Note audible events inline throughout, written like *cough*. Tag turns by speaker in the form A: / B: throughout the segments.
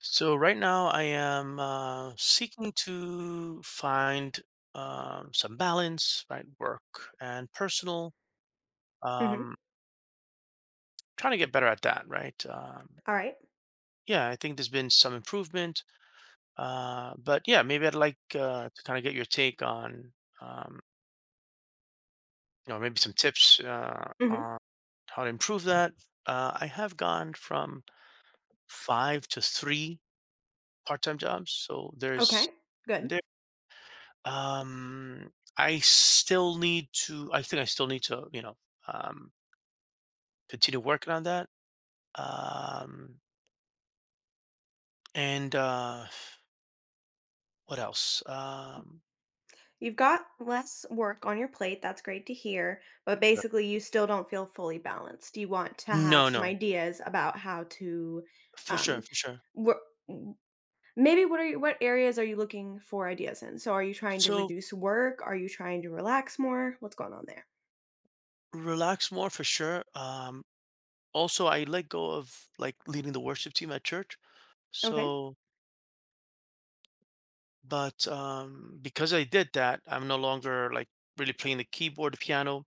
A: So right now I am seeking to find some balance, right? Work and personal.
B: Mhm.
A: Um, trying to get better at that, right? Um,
B: Alright.
A: yeah, I think there's been some improvement, but yeah, maybe I'd like to kind of get your take on, um, maybe some tips
B: Mhm.
A: on how to improve that. I have gone from five to three part-time jobs, so there's
B: Okay, good.
A: Um, I still need to I think I still need to, you know, um, continue working on that. Um, and what else?
B: You've got less work on your plate, that's great to hear, but
A: Sure.
B: basically you still don't feel fully balanced. You want to have
A: no,
B: some
A: no,
B: ideas about how to,
A: for sure,
B: um,
A: for sure.
B: wor m maybe what areas are you looking for ideas in? So, are you trying to
A: So
B: reduce work? Are you trying to relax more? What's going on there?
A: relax more for sure. Also I let go of like leading the worship team at church.
B: Okay.
A: So, but because I did that, I'm no longer like really playing the keyboard, the piano,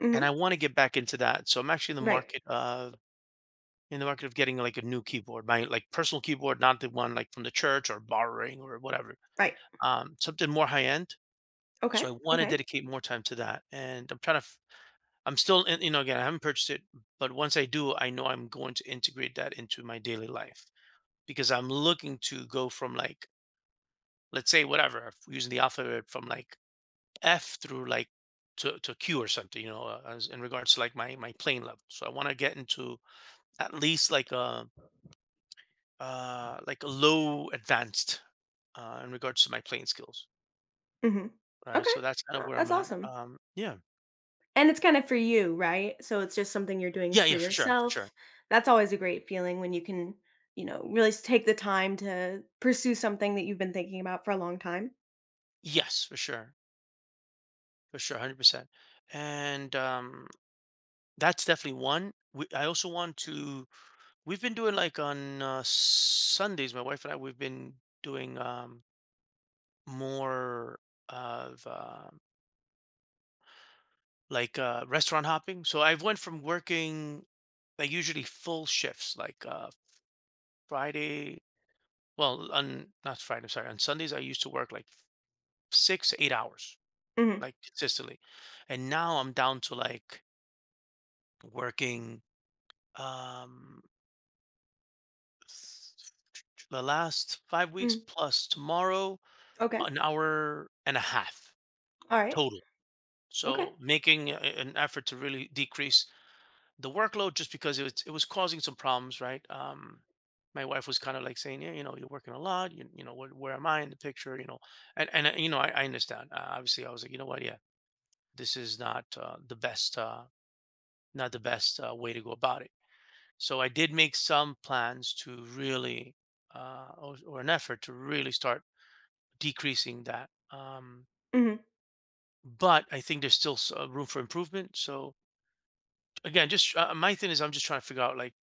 B: Mhm.
A: and I want to get back into that. So I'm actually in the
B: Right.
A: market of getting like a new keyboard, my like personal keyboard, not the one like from the church or borrowing or whatever.
B: Right.
A: Something more high end. So
B: Okay.
A: I want to
B: Okay.
A: dedicate more time to that, and I'm trying to. I'm still, in, again, I haven't purchased it, but once I do, I know I'm going to integrate that into my daily life because I'm looking to go from like, let's say, whatever, if we're using the alphabet from like F through like to Q or something, you know, as in regards to like my plane level. So I want to get into at least like a low advanced in regards to my playing skills,
B: Mhm.
A: right?
B: Okay.
A: So that's kind of
B: Uh,
A: where
B: that's
A: I'm at.
B: awesome.
A: Yeah,
B: And it's kinda for you, right? So it's just something you're doing
A: yeah,
B: for
A: yeah, for sure, for sure.
B: yourself. That's always a great feeling when you can really s take the time to pursue something that you've been thinking about for a long time.
A: Yes, for sure, 100%. And that's definitely one. I also want to. We've been doing like on Sundays. My wife and I. We've been doing more of restaurant hopping. So I've went from working like usually full shifts, like Friday Well, on not Friday, I'm sorry. On Sundays, I used to work like 6, 8 hours,
B: Mhm,
A: like consistently. And now I'm down to like working um s- the last 5 weeks
B: mm,
A: plus tomorrow
B: okay,
A: an hour and a half
B: alright,
A: total.
B: okay,
A: So making an effort to really decrease the workload just because it was causing some problems, right? My wife was kind of like saying, yeah, you know, you're working a lot. You know, where am I in the picture? You know, and you know, I understand. Obviously, I was like, you know what? Yeah, this is not the best way to go about it, so I did make some plans to really or an effort to really start decreasing that,
B: mhm,
A: but I think there's still room for improvement, so again just my thing is I'm just trying to figure out like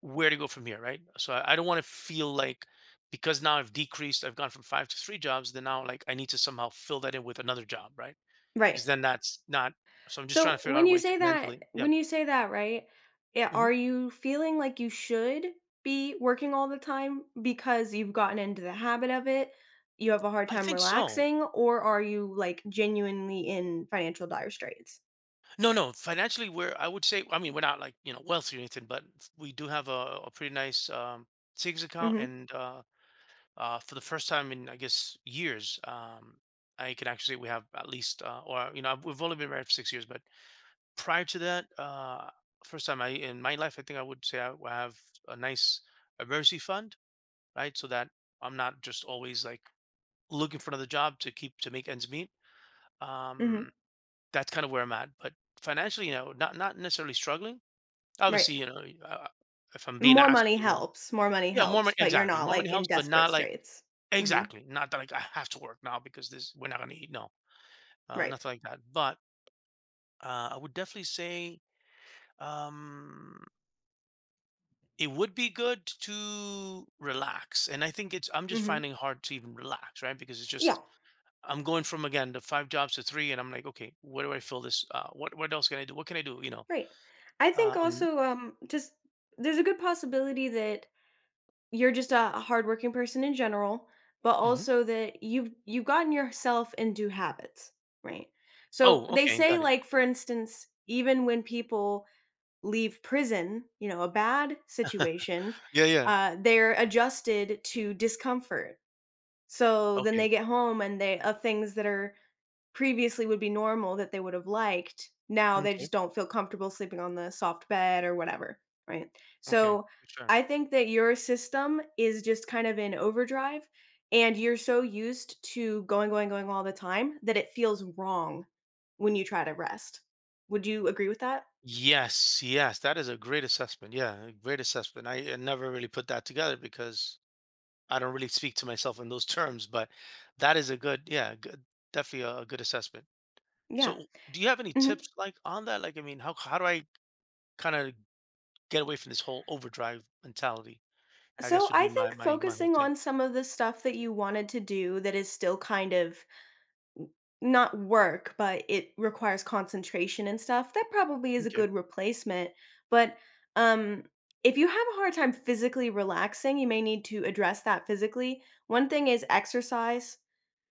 A: where to go from here, right? So I don't want to feel like, because now I've decreased, I've gone from five to three jobs, then now like I need to somehow fill that in with another job, right?
B: right.
A: Because then that's not. So I'm just trying to
B: So
A: figure out a way to mentally, yeah.
B: when you say that, right, yeah, are you feeling like you should be working all the time because you've gotten into the habit of it, you have a hard
A: I
B: time
A: think so.
B: relaxing, or are you, like, genuinely in financial dire straits?
A: No, no, financially, we're, I would say, I mean, we're not like, you know, wealthy or anything, but we do have a pretty nice savings account.
B: Mhm.
A: And for the first time in, I guess, years, I can actually say we have at least, or, you know, we've only been married for 6 years, but prior to that, first time in my life, I think I would say I have a nice emergency fund, right? So that I'm not just always like looking for another job to keep, to make ends meet.
B: Mhm,
A: Um, that's kind of where I'm at. But financially, you know, not necessarily struggling.
B: right.
A: Obviously, you know, if I'm being asked, you know,
B: More money
A: yeah, more
B: helps,
A: money,
B: but you're
A: exactly,
B: not,
A: more money
B: like, in
A: helps, but
B: desperate
A: not like,
B: straits. Mhm,
A: exactly, not that like I have to work now because this we're not gonna eat. No,
B: right.
A: nothing like that. But I would definitely say um, it would be good to relax, and I think it's I'm just
B: Mhm.
A: finding it hard to even relax, right? Because it's
B: Yeah,
A: just I'm going from again the five jobs to three, and I'm like, okay, where do I fill this? What else can I do? What can I do? You know,
B: right. I
A: uh,
B: think
A: and
B: also, just there's a good possibility that you're just a hardworking person in general, but
A: mhm.
B: also that you've gotten yourself into habits, right? So,
A: Oh,
B: they
A: okay,
B: say,
A: got it.
B: like, for instance, even when people leave prison a bad situation,
A: Yeah, yeah.
B: they're adjusted to discomfort. So then they
A: Okay.
B: get home and they of things that are previously would be normal that they would have liked, now they
A: Okay.
B: just don't feel comfortable sleeping on the soft bed or whatever, right?
A: Okay.
B: So
A: Sure.
B: I think that your system is just kind of in overdrive and you're so used to going, going, going all the time that it feels wrong when you try to rest. Would you agree with that?
A: Yes, yes, that is a great assessment. Yeah, a great assessment. I never really put that together because I don't really speak to myself in those *laughs* terms, but that is a good, yeah, good, definitely a good assessment.
B: Yeah.
A: So, do you have any
B: Mhm.
A: tips like on that? Like, I mean, how do I kind of get away from this whole overdrive mentality? I
B: So
A: guess would
B: I
A: be my
B: think
A: my my whole
B: focusing
A: take.
B: on some of the stuff that you wanted to do that is still kind of not work, but it requires concentration and stuff, that probably is a
A: Okay.
B: good replacement, but, um, if you have a hard time physically relaxing, you may need to address that physically. One thing is exercise,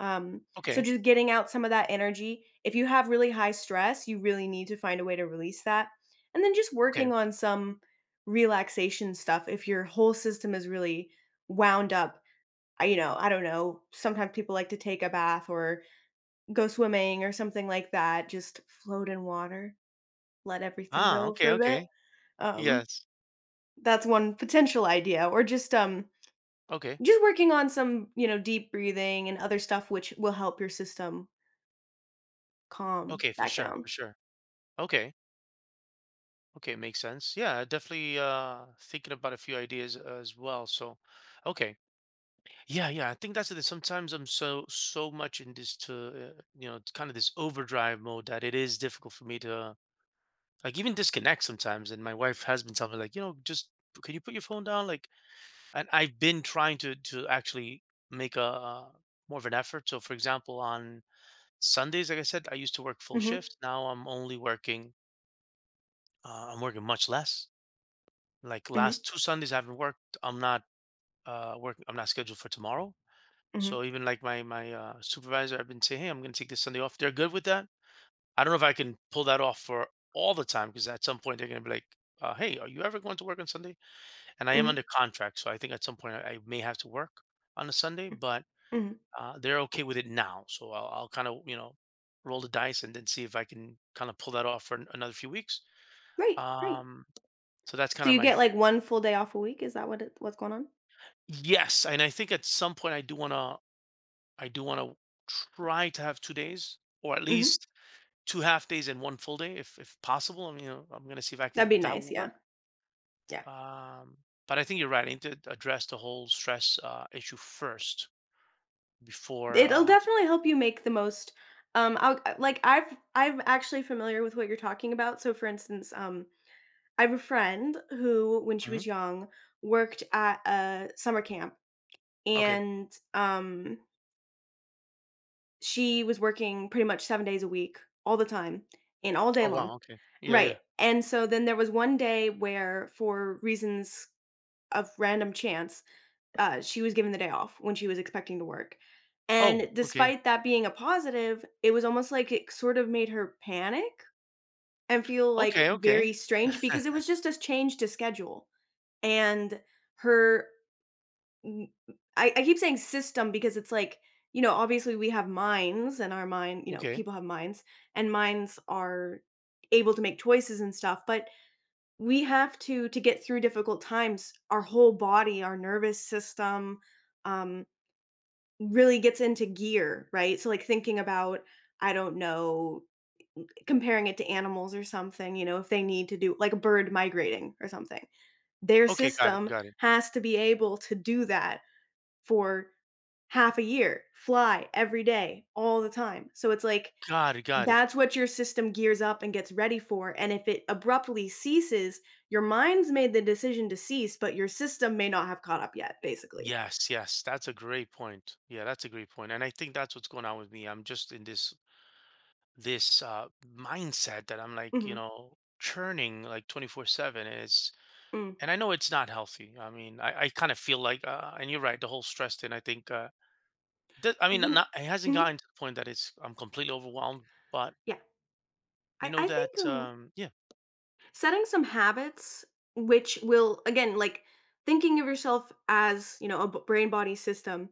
B: um, so
A: Okay.
B: just getting out some of that energy. If you have really high stress, you really need to find a way to release that, and then just working
A: Okay.
B: on some relaxation stuff if your whole system is really wound up. I don't know, sometimes people like to take a bath or go swimming or something like that, just float in water, let everything
A: Ah,
B: go
A: okay,
B: for a bit.
A: okay.
B: Um,
A: Yes.
B: that's one potential idea or just, um
A: Okay.
B: just working on some deep breathing and other stuff which will help your system calm
A: Okay, for
B: back
A: sure,
B: down.
A: for sure. Okay. Okay, makes sense. Yeah, definitely thinking about a few ideas as well. So, okay. Yeah, yeah, I think that's it. Sometimes I'm so much in this to kind of this overdrive mode that it is difficult for me to like even disconnect sometimes. And my wife has been telling me like, you know, just can you put your phone down? Like, and I've been trying to actually make a more of an effort. So, for example, on Sundays, like I said, I used to work full
B: Mhm,
A: shift. Now I'm only working I'm working much less. Like
B: mhm,
A: last two Sundays I haven't worked. I'm not working. I'm not scheduled for tomorrow.
B: mhm,
A: So even like my supervisor, I've been saying, hey, I'm going to take this Sunday off. They're good with that. I don't know if I can pull that off for all the time, because at some point they're going to be like, hey, are you ever going to work on Sunday? And I am
B: mhm,
A: under contract, so I think at some point I may have to work on a Sunday, but
B: mhm.
A: they're okay with it now. So I'll kind of you know roll the dice and then see if I can kind of pull that off for another few weeks.
B: Right, right.
A: Um, so that's kind
B: So
A: of
B: you
A: my
B: get, like,
A: thing.
B: 1 full day off a week, is that what's going on?
A: Yes, and I think at some point I do wanna try to have 2 days or at
B: Mhm.
A: least 2 half days and 1 full day if possible. I mean, you know, I'm gonna see if I
B: That'd
A: can
B: be
A: if that
B: nice,
A: will
B: yeah,
A: work.
B: yeah.
A: Um, but I think you're right. I need to address the whole stress, issue first, before,
B: It'll
A: uh
B: definitely help you make the most, I'll like, I've I'm actually familiar with what you're talking about, so for instance, I have a friend who, when she was
A: Mhm.
B: young, worked at a summer camp,
A: Okay.
B: and, she was working pretty much 7 days a week, all the time, and all day
A: Oh,
B: long.
A: wow, okay. Yeah, yeah.
B: Right, and so then there was one day where, for reasons of random chance, she was given the day off when she was expecting to work,
A: Oh,
B: and
A: okay.
B: despite that being a positive, it was almost like it sort of made her panic and feel, like,
A: Okay,
B: very
A: okay,
B: strange because it was just a change to schedule. And her I I keep saying system because it's like obviously we have minds and our mind you know,
A: okay.
B: people have minds, and minds are able to make choices and stuff, but we have to get through difficult times, our whole body, our nervous system, um, really gets into gear, right? So, like, thinking about, I don't know, comparing it to animals or something if they need to do like a bird migrating or something. Their
A: Okay, got it,
B: system
A: got it.
B: has to be able to do that for half a year, fly every day, all the time. So it's like
A: Got it, got it.
B: that's what your system gears up and gets ready for. And if it abruptly ceases, your mind's made the decision to cease, but your system may not have caught up yet, basically.
A: Yes, yes, that's a great point. Yeah, that's a great point. And I think that's what's going on with me. I'm just in this this uh mindset that I'm like, you
B: Mhm,
A: know, churning like 24/7, and it's
B: mm.
A: and I know it's not healthy. I mean, I kind of feel like and you're right, the whole stress thing, I think I mean,
B: Wouldn't
A: not, it hasn't
B: Mhm,
A: gotten to the point that it's I'm completely overwhelmed, but
B: yeah.
A: you
B: I
A: know
B: I
A: that
B: think,
A: yeah.
B: setting some habits which will again like thinking of yourself as a brain body system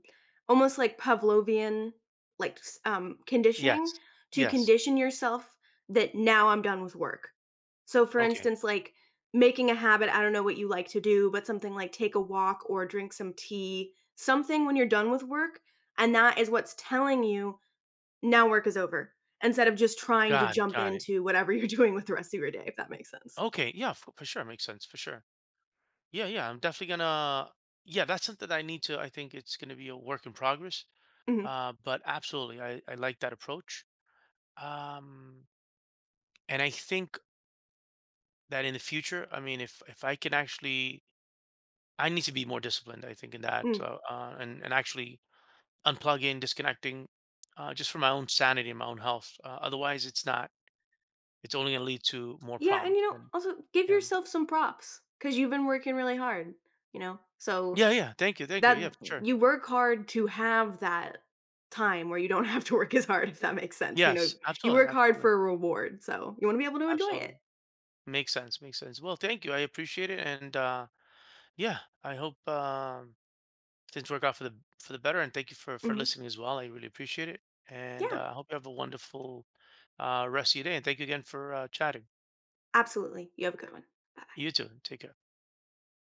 B: almost like pavlovian like conditioning
A: Yes.
B: to
A: Yes.
B: condition yourself that now I'm done with work so for
A: Okay.
B: instance like making a habit I don't know what you like to do but something like take a walk or drink some tea something when you're done with work and that is what's telling you now work is over instead of just trying to
A: Got it.
B: jump
A: Got it.
B: into whatever *laughs* you're doing with the rest of your day if that makes sense.
A: Okay. Yeah, for sure makes sense for sure. Yeah, yeah, I'm definitely gonna yeah, that's something I need to I think it's going to be a work in progress.
B: Mhm,
A: But absolutely. I like that approach. Um And I think that in the future, I mean, if I can actually, I need to be more disciplined. I think in that,
B: mm.
A: and actually unplug in, disconnecting, just for my own sanity and my own health. Otherwise, it's not. It's only going to lead to more
B: Yeah, and
A: problems. And
B: also give
A: yeah,
B: yourself some props because 'cause you've been working really hard, you know? So,
A: yeah, yeah. Thank you, thank you. Yeah,
B: that
A: for sure.
B: you work hard to have that time where you don't *laughs* have to work as hard, if that makes sense, you know?
A: Yes,
B: You
A: absolutely,
B: work hard
A: absolutely,
B: for a reward, so you wanna be able to enjoy it.
A: absolutely. Makes sense. Makes sense. Well, thank you. I appreciate it. And yeah, I hope. Things work out for the better. And thank you for
B: Mhm.
A: listening as well. I really appreciate it. And
B: Yeah,
A: I hope you have a wonderful rest of your day. And thank you again for chatting.
B: absolutely. You have a good one. Bye-bye.
A: You too. Take care.